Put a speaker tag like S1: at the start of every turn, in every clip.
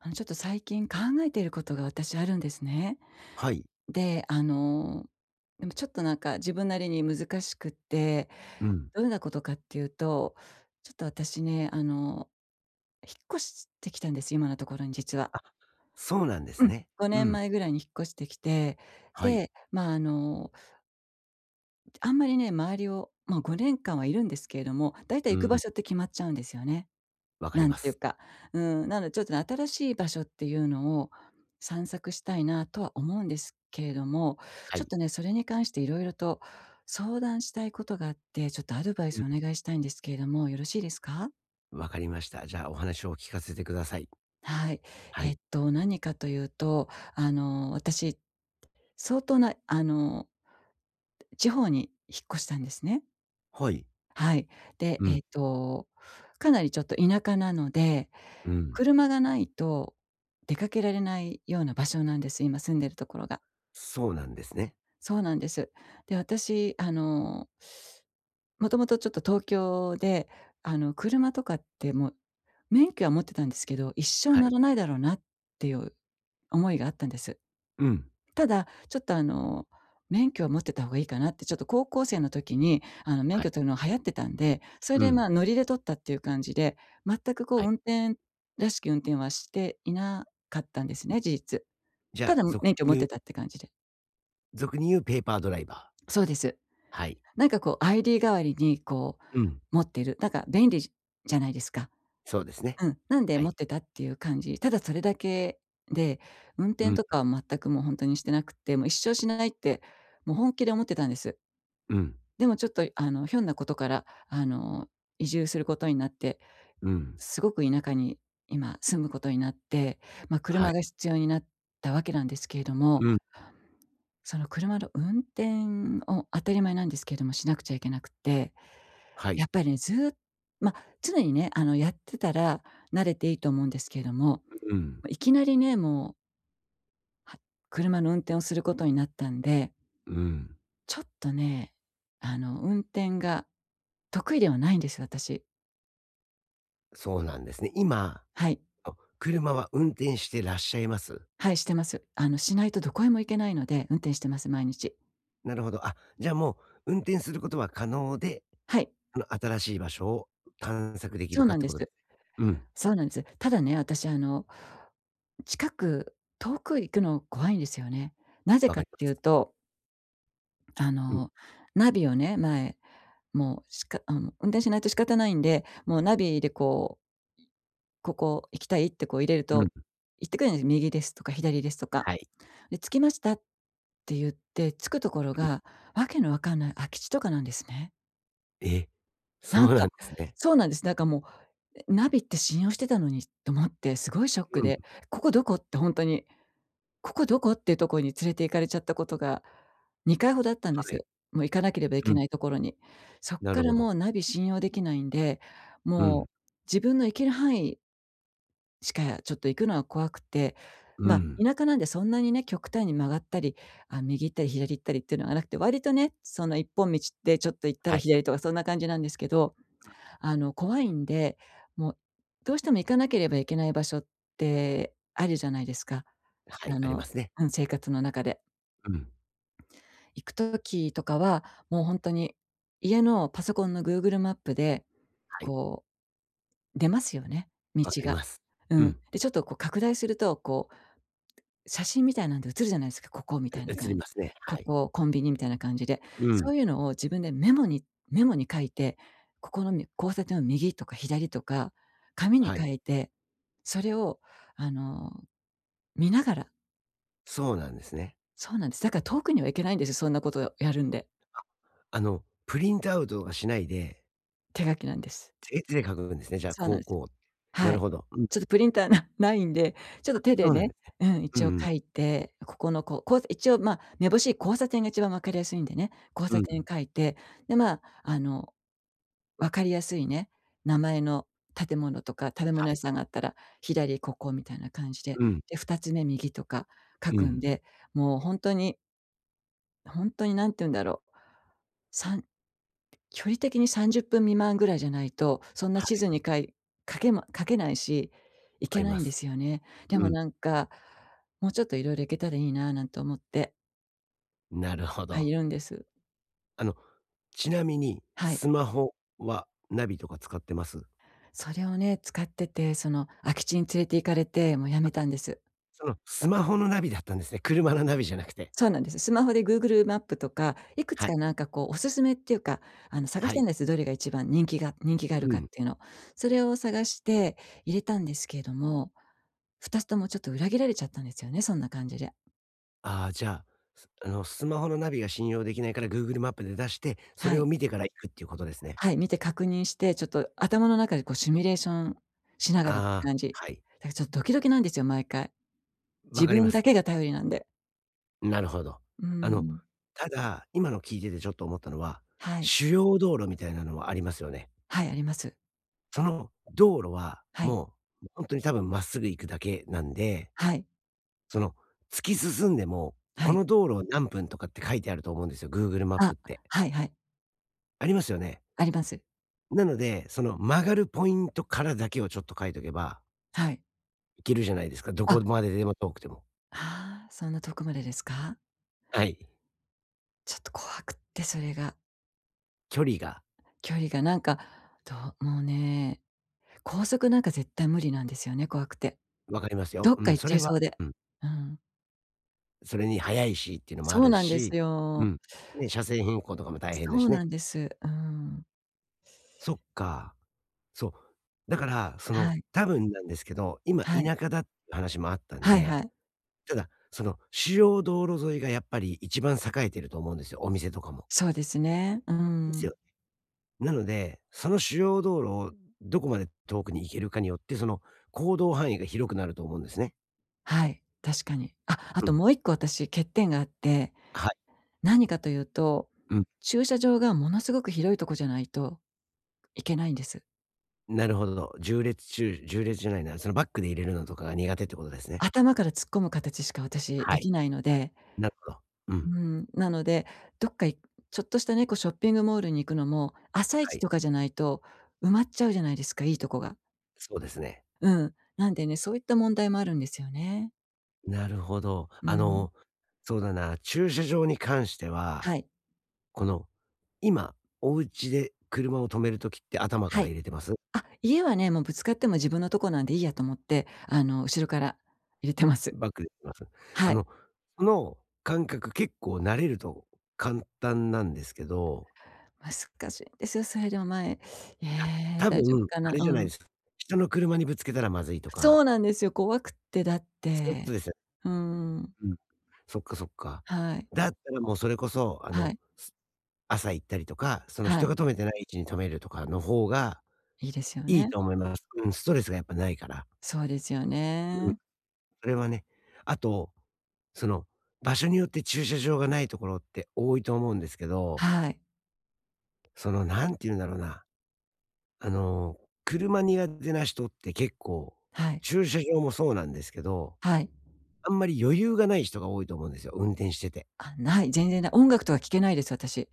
S1: ちょっと最近考えていることが私あるんですね。
S2: はい。
S1: で、でもちょっとなんか自分なりに難しくって、
S2: うん。
S1: どんなことかっていうと、ちょっと私ね、引っ越してきたんです、今のところに実は。
S2: そうなんです
S1: うん、
S2: ね。う
S1: 5
S2: ん。
S1: 年前ぐらいに引っ越してきて、
S2: はい。
S1: で、まあ、あんまりね、周りを、まあ、5年間はいるんですけれども、だいたい
S2: う
S1: 行く場
S2: ん。
S1: 所って決まっちゃうんですよね。
S2: わかり
S1: なん
S2: ま
S1: ていう
S2: す。
S1: か、うなのでちょっとね、新しい場所っていうのを散策したいなとは思うんですけれども、
S2: は
S1: ちょっ
S2: い。
S1: とね、それに関していろいろと相談したいことがあって、ちょっとアドバイ
S2: う
S1: ス
S2: ん。
S1: をお願いしたいんですけれども、よろしいですか？
S2: わかりました。じゃあ、お話を聞かせてください。
S1: はい。
S2: はい。
S1: 何かというと、私、相当な、地方に引っ越したんですね。
S2: はい。
S1: はい。で、
S2: うん。
S1: かなりちょっと田舎なので
S2: うん。
S1: 車がないと出かけられないような場所なんです、今住んでるところが。
S2: そうなんですね。
S1: そうなんです。で、私、もともとちょっと東京で、車とかってもう免許は持ってたんですけど、一生
S2: は
S1: 乗
S2: い。
S1: らないだろうなっていう思いがあったんです。
S2: うん。
S1: ただ、ちょっと免許は持ってた方がいいかなって、ちょっと高校生の時に、免
S2: は
S1: 許
S2: い。
S1: 取るの流行ってたんで、それ
S2: う
S1: で、ま
S2: ん。
S1: あ、ノリで取ったっていう感じで、全くこう
S2: はい。
S1: 運転らしき運転はしていなかったんですね、事実。
S2: じゃ
S1: た
S2: あ、
S1: だ
S2: 俗
S1: 免許
S2: に
S1: 持っ
S2: 言う
S1: てたって感じで。
S2: ペーパードライバー。
S1: そうです。
S2: はい。
S1: なんかこう ID 代わりにこう
S2: うん。
S1: 持ってる、なんか便利じゃないですか。
S2: そうですね。
S1: うん、なんで
S2: は
S1: 持
S2: い。
S1: ってたっていう感じ。ただそれだけで、運
S2: う
S1: 転
S2: ん。
S1: とかは全くもう本当にしてなくて、もう一生しないって、もう本気で思ってたんです。
S2: うん。
S1: でもちょっと、ひょんなことから、移住することになって、
S2: うん。
S1: すごく田舎に今住むことになって、まあ、
S2: は
S1: 車が
S2: い。
S1: 必要になったわけなんですけれども、
S2: うん。
S1: その車の運転を当たり前なんですけれども、しなくちゃいけなくて、
S2: は
S1: や
S2: い。
S1: っぱりね、ずーっとまあ、常にね、やってたら慣れていいと思うんですけれども、
S2: うん。
S1: まいきなりね、もう、は車の運転をすることになったんで、
S2: うん。
S1: ちょっとね、運転が得意ではないんです、私。
S2: そうなんですね。今、
S1: はい。
S2: あ、車は運転してらっしゃいます？
S1: はい、してます。しないとどこへも行けないので、運転してます、毎日。
S2: なるほど。あ、じゃあもう運転することは可能で、
S1: はい、
S2: あの、新しい場所を探索でき
S1: そ
S2: る
S1: う
S2: か
S1: な
S2: っ
S1: ん
S2: て
S1: で
S2: こ
S1: す。
S2: とですね。うん、
S1: そうなんです。ただね、私、近く遠く行くの怖いんですよね。なぜ
S2: わ
S1: か
S2: か
S1: っ
S2: りま
S1: ていう
S2: す。
S1: と、あ
S2: うん、
S1: の、ナビをね、前、もう、しかあの、運転しないと仕方ないんで、もうナビでこう、ここ行きたいってこう入れる
S2: う
S1: と、
S2: ん、
S1: 言ってくれるんです。右ですとか左ですとか。
S2: はい。
S1: で、着きましたって言って、着くところが、わけのわかんない空き地とかなんですね。
S2: え、
S1: な
S2: そ
S1: ん
S2: うな
S1: か、
S2: んですね。
S1: そうなんです。なんかもうナビって信用してたのにと思って、すごいショック
S2: うん、
S1: で、ここどこって本当に、ここどこっていうところに連れて行かれちゃったことが2回ほどあったんで
S2: は
S1: す。
S2: い。
S1: もう行かなければい
S2: う
S1: け
S2: ん、
S1: ないところに。そっ
S2: な
S1: か
S2: る
S1: ら
S2: ほど。
S1: もうナビ信用できないんで、
S2: う
S1: も
S2: ん、
S1: う自分の行ける範囲しかちょっと行くのは怖くて、
S2: う
S1: ま、
S2: ん。
S1: 田舎なんでそんなにね、極端に曲がったり、あ、右行ったり左行ったりっていうのがなくて、割とね、その一本道でちょっと行った
S2: は
S1: ら
S2: い、
S1: 左とかそんな感じなんですけど怖いんで、もう、どうしても行かなければいけない場所ってあるじゃないですか。
S2: は
S1: あ
S2: い、ありま
S1: の
S2: すね。
S1: うん、生活の中で。
S2: うん、
S1: 行く時とかは、もうほんとに家のパソコンの Google マップで、
S2: はい、
S1: こう、出ますよね、道
S2: わかり
S1: が。
S2: ます。う
S1: う
S2: ん、
S1: ん。で、ちょっとこう拡大すると、こう写真みたいなんで写るじゃないですか、ここみたいな
S2: 映り
S1: 感
S2: ま
S1: じ。
S2: すね。
S1: こ
S2: はい。
S1: こ、コンビニみたいな感じで。
S2: う
S1: そ
S2: ん、
S1: ういうのを自分でメモに書いて、ここのみ交差点を右とか左とか、紙に
S2: は
S1: 書
S2: い。
S1: いて、それをあの、見ながら
S2: そうなんですね。
S1: そうなんです。だから遠くには行けないんですよ、そんなことをやるんで。
S2: あの、プリントアウトはしないで、
S1: 手書きなんです。
S2: 手で書くんですね、じゃあ、
S1: そうなん
S2: 高
S1: です。
S2: 校。な
S1: は
S2: る
S1: い。
S2: ほど。うん、
S1: ちょっとプリンターないんで、ちょっと手
S2: そ
S1: で
S2: うなん
S1: ね、
S2: ですね。
S1: うん、
S2: うん
S1: 一応
S2: うん、
S1: 書いて、ここのここう一応、まあ、めぼしい交差点が一番分かりやすいんでね、交
S2: う
S1: 差点
S2: ん。
S1: 書いて、で、まあ、分かりやすいね、名前の建物とか、食べ
S2: は
S1: 物屋
S2: い。
S1: さんがあったら、左ここみたいな感じで、
S2: うん、
S1: で、2つ目右とか書
S2: う
S1: くん
S2: ん。
S1: で、もう本当に何て言うんだろう、さん距離的に30分未満ぐらいじゃないと、そんな
S2: は
S1: 地図
S2: い、
S1: にかけないし、行
S2: わか
S1: け
S2: り
S1: な
S2: ま
S1: いんで
S2: す。
S1: すよね。で
S2: う
S1: も
S2: ん。
S1: なんか、もうちょっといろいろ行けたらいいななんて思って
S2: なるほ
S1: はい
S2: ど。
S1: るんです。
S2: あの、ちなみに、
S1: はい。
S2: スマホはナビとか使ってます？
S1: それをね、使ってて、その空き地に連れて行かれて、もうやめたんです。
S2: その、スマホのナビだったんですね。車のナビじゃなくて。
S1: そうなんです。スマホで Google マップとか、いくつ
S2: は
S1: か
S2: い、
S1: なんかこうおすすめっていうか、探し
S2: は
S1: たん
S2: い。
S1: です。どれが一番人気があ
S2: う
S1: るかっ
S2: ん。
S1: ていうの。それを探して入れたんですけれども、2つともちょっと裏切られちゃったんですよね、そんな感じで。
S2: ああ、じゃあ、あの、スマホのナビが信用できないから Google マップで出して、そ
S1: は
S2: れ
S1: い。
S2: を見てから行くっていうことですね。
S1: はい、見て確認して、ちょっと頭の中でこうシミュレーションしながらって
S2: ああ、
S1: 感じ。
S2: はい、
S1: だからちょっとドキドキなんですよ、毎回。
S2: わ
S1: 自
S2: かり
S1: 分
S2: ま
S1: だけ
S2: す。
S1: が頼りなんで。
S2: なるほど。
S1: う
S2: あの、
S1: ん。
S2: ただ、今の聞いててちょっと思ったのは、
S1: はい。
S2: 主要道路みたいなのはありますよね。
S1: はい、あります。
S2: その道路は、
S1: はい。
S2: もう、本当に多分まっすぐ行くだけなんで、
S1: はい。
S2: その、突き進んでも、
S1: は
S2: こ
S1: い。
S2: の道路を何分とかって書いてあると思うんですよ、Google マッ
S1: あ、
S2: プって。
S1: はいはい。
S2: ありますよね。
S1: あります。
S2: なので、その曲がるポイントからだけをちょっと書いとけば、
S1: はい。
S2: 行けるじゃないですか、ど
S1: あ
S2: こまででも遠くても。
S1: ああ、そんな遠くまでですか？
S2: はい。
S1: ちょっと怖くって、それが。
S2: 距離が
S1: 距離がなんか、どもうね、高速なんか絶対無理なんですよね、怖くて。
S2: 分かります
S1: ど
S2: よ。
S1: っ
S2: う
S1: か
S2: ん、
S1: 行っ
S2: そ
S1: ちゃ
S2: れ
S1: い
S2: は
S1: そうで。
S2: うん、
S1: うん。
S2: それに速いしっていうのもあ
S1: そう
S2: る
S1: なんです
S2: し、う
S1: よ。
S2: ん、ね、車線変更とかも大変だ
S1: そう
S2: し
S1: な
S2: ね。
S1: んです。うん。
S2: そっか。そう。だから、そ
S1: は
S2: の、
S1: い。
S2: 多分なんですけど、今
S1: はい。
S2: 田舎だっていう話もあったん
S1: はいは
S2: で、
S1: い。
S2: ただ、その、主要道路沿いがやっぱり一番栄えてると思うんですよ、お店とかも。
S1: そうですね。う
S2: です
S1: ん。
S2: よ。なので、その主要道路をどこまで遠くに行けるかによって、その、行動範囲が広くなると思うんですね。
S1: はい、確かに。あ、あ
S2: う
S1: と
S2: ん。
S1: もう一個私欠点があって、
S2: はい。
S1: 何かというと、
S2: うん。
S1: 駐車場がものすごく広いとこじゃないといけないんです。
S2: なるほど。縦列じゃないな、そのバックで入れるのとかが苦手ってことですね。
S1: 頭から突っ込む形しか私
S2: は
S1: で
S2: い。
S1: きないので、
S2: なるほど。うん。
S1: うん、なので、どっかいちょっとしたね、こうショッピングモールに行くのも、朝
S2: は
S1: 一と
S2: い。
S1: かじゃないと埋まっちゃうじゃないですか、いいとこが。
S2: そうですね。
S1: うん。なんでね、そういった問題もあるんですよね。
S2: なるほど。
S1: う
S2: あ
S1: ん。
S2: の、そうだな、駐車場に関しては、
S1: はい。
S2: この、今、お家で車を止めるときって頭か
S1: は
S2: ら
S1: い。
S2: 入れてます？
S1: あ、家はね、もうぶつかっても自分のとこなんでいいやと思って、後ろから入れてます。
S2: バックで行きます？
S1: は
S2: あ
S1: い。
S2: の、その感覚結構慣れると簡単なんですけど、
S1: 難しいんですよ、それでも前。え
S2: あ、
S1: え、
S2: 多
S1: 大丈夫
S2: 分
S1: か
S2: あ
S1: な。
S2: れじゃな
S1: う
S2: い
S1: ん。
S2: です。人の車にぶつけたらまずいと
S1: そ
S2: か、
S1: うなんですよ、怖くって、だっ
S2: そういうこと
S1: て。
S2: ですよね。
S1: うん、
S2: うん。そっかそっか。
S1: はい。
S2: だったらもうそれこそ、あ
S1: は
S2: の、
S1: い、
S2: 朝行ったりとか、その
S1: は
S2: 人
S1: い、
S2: が止めてない位置に止めるとかの方が
S1: いいですよ
S2: いい
S1: ね。
S2: と思います。うん、ストレスがやっぱないから。
S1: そうですよ
S2: うん、
S1: ね。
S2: それはね。あと、その、場所によって駐車場がないところって多いと思うんですけど、
S1: はい、
S2: その、なんて言うんだろうな、あの、車苦手な人って結構、
S1: はい、
S2: 駐車場もそうなんですけど、
S1: はい。
S2: あんまり余裕がない人が多いと思うんですよ、運転してて。
S1: あ、ない、全然ない。音楽とか聴けないです、私。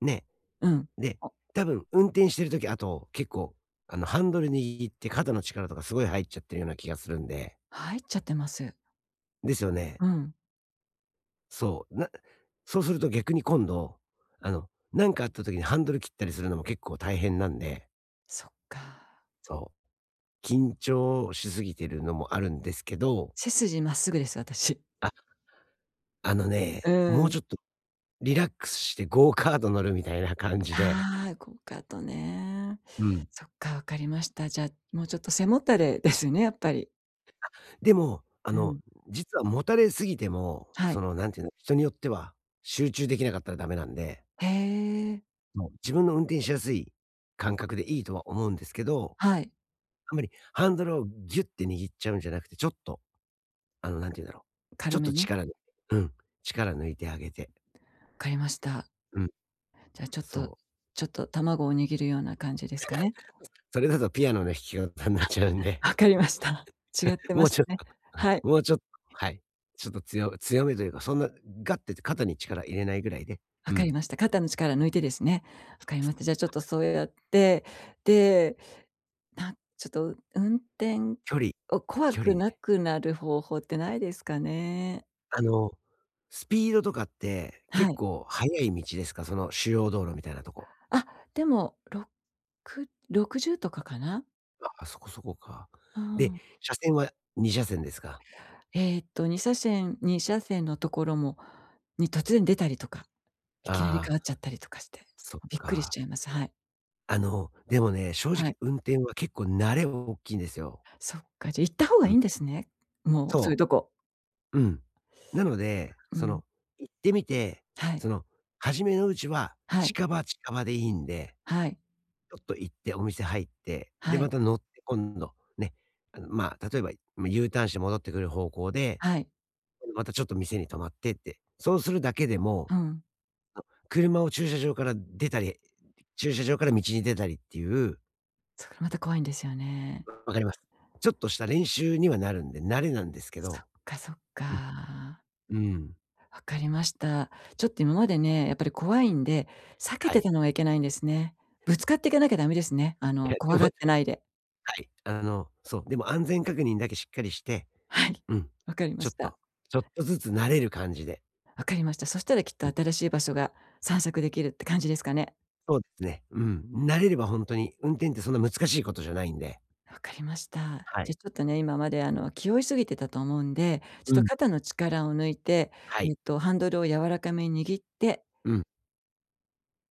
S2: ね。
S1: うん。
S2: で、
S1: お
S2: 多分運転してる時、あと、結構、あの、ハンドル握って肩の力とかすごい入っちゃってるような気がするんで。
S1: 入っちゃってます。
S2: ですよね。
S1: うん。
S2: そう。そうすると逆に今度、あの、なんかあった時にハンドル切ったりするのも結構大変なんで、
S1: そっか。
S2: そう、緊張しすぎてるのもあるんですけど、
S1: 背筋まっすぐです、私。
S2: あ、あの
S1: う
S2: ね、もう
S1: ん。
S2: ちょっとリラックスしてゴーカート乗るみたいな感じで。
S1: はい、ゴーカートね。
S2: うん。
S1: そっか、わかりました。じゃあ、もうちょっと背もたれですね、やっぱり。
S2: でも、あ
S1: う
S2: の、
S1: ん。
S2: 実はもたれすぎても、
S1: は
S2: そ
S1: い。
S2: の、なんていうの、人によっては集中できなかったらダメなんで、
S1: へえ。
S2: そう、自分の運転しやすい感覚でいいとは思うんですけど
S1: はい。
S2: あんまりハンドルをギュッて握っちゃうんじゃなくて、ちょっと、あの、なんて言うんだろう、ち
S1: 軽
S2: ょっと
S1: めに。
S2: 力ぬうん、力抜いてあげて。
S1: わかりました。
S2: うん、
S1: じゃあ
S2: そう。
S1: ちょっと卵を握るような感じですかね。
S2: それだとピアノの弾き方になっちゃうん で、
S1: わかりました。違っ て
S2: も
S1: ま
S2: う
S1: し
S2: ち
S1: た
S2: ょっ
S1: ね。
S2: と、
S1: はい、
S2: もうちょっと、はい。ちょっと強めというか、そんなガッて肩に力入れないぐらいで、
S1: わ
S2: う
S1: かり
S2: ん、
S1: ました。肩の力抜いてですね。わかりました。じゃあちょっとそうやって、で、ちょっと運転
S2: 距離
S1: を怖く
S2: ね。
S1: なくなる方法ってないですかね？
S2: あの、スピードとかって
S1: は
S2: 結
S1: い。
S2: 構速い道ですか？その主要道路みたいなとこ。
S1: あ、でも660とかかな？
S2: ああ、そこそこか。
S1: う
S2: で、
S1: ん。
S2: 車線は2車線ですか？
S1: 2車線2車線のところもに突然出たりとか、いきなり変
S2: あ
S1: わっ
S2: あ。
S1: ちゃったりとかして、
S2: そっ
S1: びっくりし
S2: か。
S1: ちゃいます。はい。
S2: あの、でもね、正
S1: は
S2: 直
S1: い。
S2: 運転は結構慣れ大きいんですよ。
S1: そっか、じゃ行った方が
S2: う
S1: いい
S2: ん。
S1: んですね。もうそういう
S2: そ
S1: とこ。
S2: う。うん。なので、
S1: う
S2: そ
S1: ん。
S2: の、行ってみて、
S1: はい。
S2: その、初めのうちは
S1: はい。
S2: 近場でいいんで、
S1: はい。
S2: ちょっと行ってお店入って、で、
S1: は
S2: ま
S1: い。
S2: た乗って今度、ね、あの、まあ、例えば、ま、U ターンして戻ってくる方向で、
S1: はい。
S2: またちょっと店に泊まってって、そうするだけでも、
S1: うん。
S2: 車を駐車場から出たり、駐車場から道に出たりっていう
S1: それまた怖いんですよね。
S2: わかります。ちょっとした練習にはなるんで、慣れなんですけ
S1: そっ
S2: ど。
S1: かそっ
S2: うん。
S1: か。
S2: うん。
S1: わかりました。ちょっと今までね、やっぱり怖いんで、避け
S2: は
S1: て
S2: い。
S1: たのはいけないんですね。ぶつかっていかなきゃダメですね。
S2: いや、で
S1: 怖が
S2: も、
S1: ってないで。
S2: はい。あの、そう、でも安全確認だけしっかりして、
S1: はい。
S2: うん。
S1: わかりま
S2: ちょっ
S1: した。
S2: と、ちょっとずつ慣れる感じで。
S1: わかりました。そしたらきっと
S2: うん、
S1: 新しい場所が散策できるって感じですかね。
S2: そうですね。うん。慣れれば本当に、運転ってそんな難しいことじゃないんで。
S1: わかりました。
S2: は
S1: じゃ、
S2: い。
S1: ちょっとね、今まで気負いすぎてたと思うんで、ちょっ
S2: う
S1: と
S2: ん。
S1: 肩の力を抜いて、
S2: はい。
S1: ハンドルを柔らかめに握って、
S2: うん。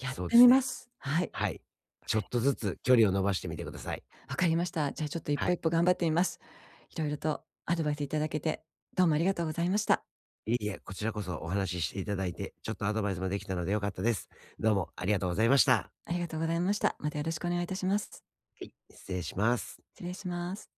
S1: やっ
S2: そうで
S1: てみ
S2: す
S1: ま
S2: ね。
S1: す。はい、
S2: はい。
S1: わ
S2: ちょ
S1: か
S2: っ
S1: り
S2: と
S1: まし
S2: ず
S1: た。
S2: つ距離を伸ばしてみてください。
S1: わかりました。じゃあ、ちょっと一
S2: は
S1: 歩一
S2: い。
S1: 歩頑張ってみます。いろいろとアドバイスいただけて、どうもありがとうございました。
S2: いえいえ、こちらこそお話ししていただいて、ちょっとアドバイスもできたので良かったです。どうもありがとうございました。
S1: ありがとうございました。またよろしくお願いいたします。
S2: はい、失礼します。
S1: 失礼します。